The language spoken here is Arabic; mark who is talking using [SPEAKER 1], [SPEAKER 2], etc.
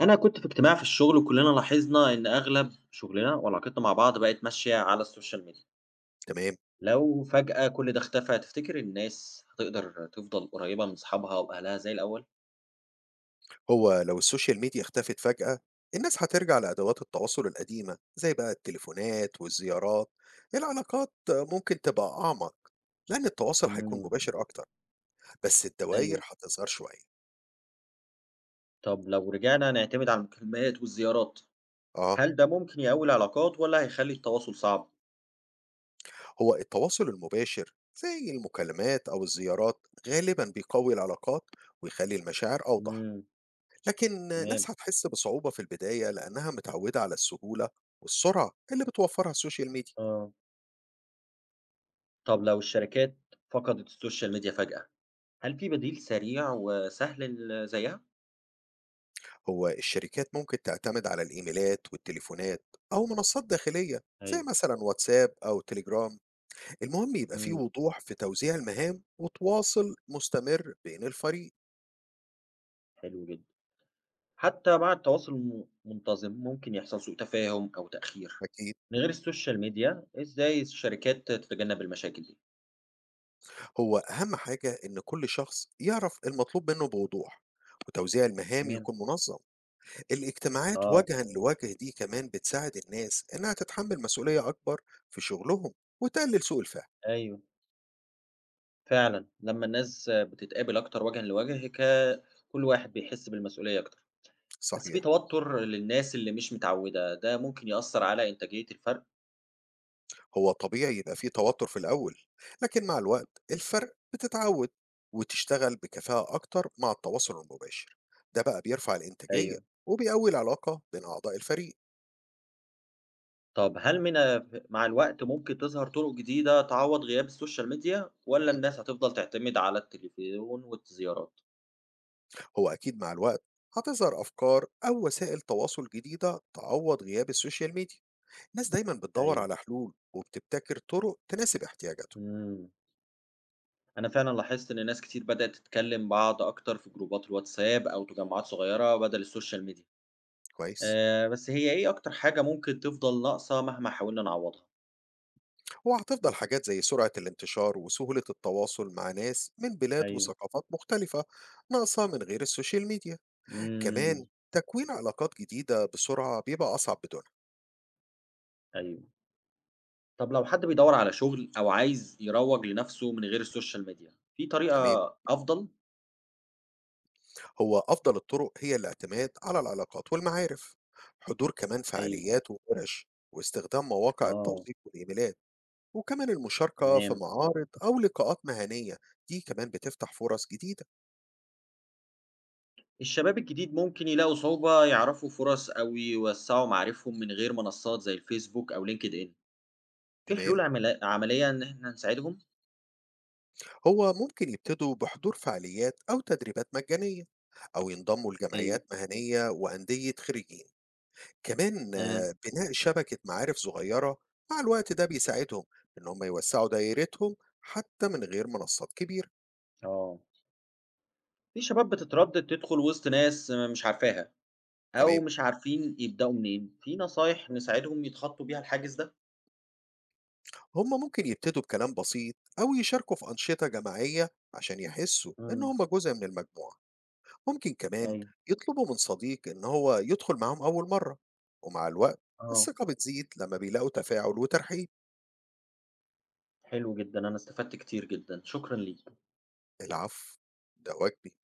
[SPEAKER 1] أنا كنت في اجتماع في الشغل وكلنا لاحظنا إن أغلب شغلنا وعلاقتنا مع بعض بقت ماشية على السوشيال ميديا.
[SPEAKER 2] تمام.
[SPEAKER 1] لو فجأة كل ده اختفى تفتكر الناس هتقدر تفضل قريبة من أصحابها وأهلها زي الأول؟
[SPEAKER 2] هو لو السوشيال ميديا اختفت فجأة، الناس هترجع لأدوات التواصل القديمة زي بقى التليفونات والزيارات. العلاقات ممكن تبقى أعمق لأن التواصل هيكون
[SPEAKER 1] إمم،
[SPEAKER 2] مباشر أكتر، بس الدوائر
[SPEAKER 1] أيوه،
[SPEAKER 2] هتظهر شوية.
[SPEAKER 1] طب لو رجعنا نعتمد على المكالمات والزيارات،
[SPEAKER 2] آه،
[SPEAKER 1] هل ده ممكن يقوي العلاقات ولا هيخلي التواصل صعب؟
[SPEAKER 2] هو التواصل المباشر زي المكالمات أو الزيارات غالبا بيقوي العلاقات ويخلي المشاعر أوضح،
[SPEAKER 1] إمم،
[SPEAKER 2] لكن
[SPEAKER 1] تمام،
[SPEAKER 2] ناس هتحس بصعوبة في البداية لأنها متعودة على السهولة والسرعة اللي بتوفرها السوشيال ميديا.
[SPEAKER 1] آه، طب لو الشركات فقدت السوشيال ميديا فجأة، هل في بديل سريع وسهل ل زيها؟
[SPEAKER 2] هو الشركات ممكن تعتمد على الإيميلات والتليفونات أو منصات داخلية زي
[SPEAKER 1] أيوه،
[SPEAKER 2] مثلا واتساب أو تليجرام. المهم يبقى فيه
[SPEAKER 1] إمم،
[SPEAKER 2] وضوح في توزيع المهام وتواصل مستمر بين الفريق.
[SPEAKER 1] حلو جدًا. حتى مع التواصل منتظم، ممكن يحصل سوء تفاهم أو تأخير.
[SPEAKER 2] أكيد.
[SPEAKER 1] من غير السوشيال ميديا، إزاي الشركات تتجنب المشاكل دي؟
[SPEAKER 2] هو أهم حاجة إن كل شخص يعرف المطلوب منه بوضوح وتوزيع المهام
[SPEAKER 1] تمام،
[SPEAKER 2] يكون منظم. الاجتماعات
[SPEAKER 1] آه،
[SPEAKER 2] وجها لوجه دي كمان بتساعد الناس إنها تتحمل مسؤولية أكبر في شغلهم وتقلل سوء الفهم.
[SPEAKER 1] أيوه، فعلًا، لما الناس بتتقابل أكتر وجهًا لوجه، كل واحد بيحس بالمسؤولية أكتر. بس في
[SPEAKER 2] صحيح.
[SPEAKER 1] توتر للناس اللي مش متعودة، ده ممكن يأثر على إنتاجية الفرق؟
[SPEAKER 2] هو طبيعي يبقى فيه توتر في الأول، لكن مع الوقت الفرق بتتعود وتشتغل بكفاءة أكتر مع التواصل المباشر. ده بقى بيرفع الإنتاجية
[SPEAKER 1] أيوه.
[SPEAKER 2] وبيقوي العلاقة بين أعضاء الفريق.
[SPEAKER 1] طب هل من مع الوقت ممكن تظهر طرق جديدة تعوض غياب السوشيال ميديا، والّا الناس هتفضل تعتمد على التليفون والزيارات؟
[SPEAKER 2] هو أكيد مع الوقت هتظهر أفكار أو وسائل تواصل جديدة تعوض غياب السوشيال ميديا. الناس دايما بتدور
[SPEAKER 1] أيوه،
[SPEAKER 2] على حلول وبتبتكر طرق تناسب احتياجاتهم.
[SPEAKER 1] إمم. أنا فعلًا لاحظت إن ناس كتير بدأت تتكلم بعض أكتر في جروبات الواتساب أو تجمعات صغيرة بدل السوشيال ميديا،
[SPEAKER 2] كويس.
[SPEAKER 1] بس هي إيه أكتر حاجة ممكن تفضل ناقصة مهما حاولنا نعوّضها؟
[SPEAKER 2] وهتفضل حاجات زي سرعة الانتشار وسهولة التواصل مع ناس من بلاد
[SPEAKER 1] أيوه.
[SPEAKER 2] وثقافات مختلفة ناقصة من غير السوشيال ميديا.
[SPEAKER 1] إمم،
[SPEAKER 2] كمان تكوين علاقات جديدة بسرعة بيبقى أصعب بدونها.
[SPEAKER 1] أيوه. طب لو حد بيدوّر على شغل أو عايز يروّج لنفسه من غير السوشيال ميديا، في
[SPEAKER 2] تمام.
[SPEAKER 1] طريقة أفضل؟
[SPEAKER 2] هو أفضل الطرق هي الاعتماد على العلاقات والمعارف، حضور كمان
[SPEAKER 1] أيوه.
[SPEAKER 2] فعاليات وورش، واستخدام مواقع
[SPEAKER 1] آه،
[SPEAKER 2] التوظيف والإيميلات، وكمان المشاركة في
[SPEAKER 1] تمام.
[SPEAKER 2] معارض أو لقاءات مهنية. دي كمان بتفتح فرص جديدة.
[SPEAKER 1] الشباب الجديد ممكن يلاقوا صعوبة يعرفوا فرص أو يوسّعوا معارفهم من غير منصات زي الفيسبوك أو LinkedIn، في
[SPEAKER 2] تمام.
[SPEAKER 1] حلول عملية إن إحنا نساعدهم؟
[SPEAKER 2] هو ممكن يبتدوا بحضور فعاليات أو تدريبات مجانية أو ينضموا
[SPEAKER 1] أيوه.
[SPEAKER 2] لجمعيات مهنية وأندية خريجين. كمان
[SPEAKER 1] إمم،
[SPEAKER 2] آه، بناء شبكة معارف صغيرة مع الوقت ده بيساعدهم إن هم يوسعوا دايرتهم حتى من غير منصات كبيرة.
[SPEAKER 1] آه. في شباب بتتردد تدخل وسط ناس مش عارفاها، أو
[SPEAKER 2] تمام.
[SPEAKER 1] مش عارفين يبدأوا منين، في نصايح نساعدهم يتخطّوا بيها الحاجز ده؟
[SPEAKER 2] هم ممكن يبتدوا بكلام بسيط أو يشاركوا في أنشطة جماعية عشان يحسوا إن
[SPEAKER 1] إمم،
[SPEAKER 2] هم جزء من المجموعة. ممكن كمان
[SPEAKER 1] أيوه.
[SPEAKER 2] يطلبوا من صديق إن هو يدخل معاهم أول مرة، ومع الوقت
[SPEAKER 1] آه،
[SPEAKER 2] الثقة بتزيد لما بيلاقوا تفاعل وترحيب.
[SPEAKER 1] حلو جدًا، أنا استفدت كتير جدًا، شكرًا ليك.
[SPEAKER 2] العفو. ده واجبي.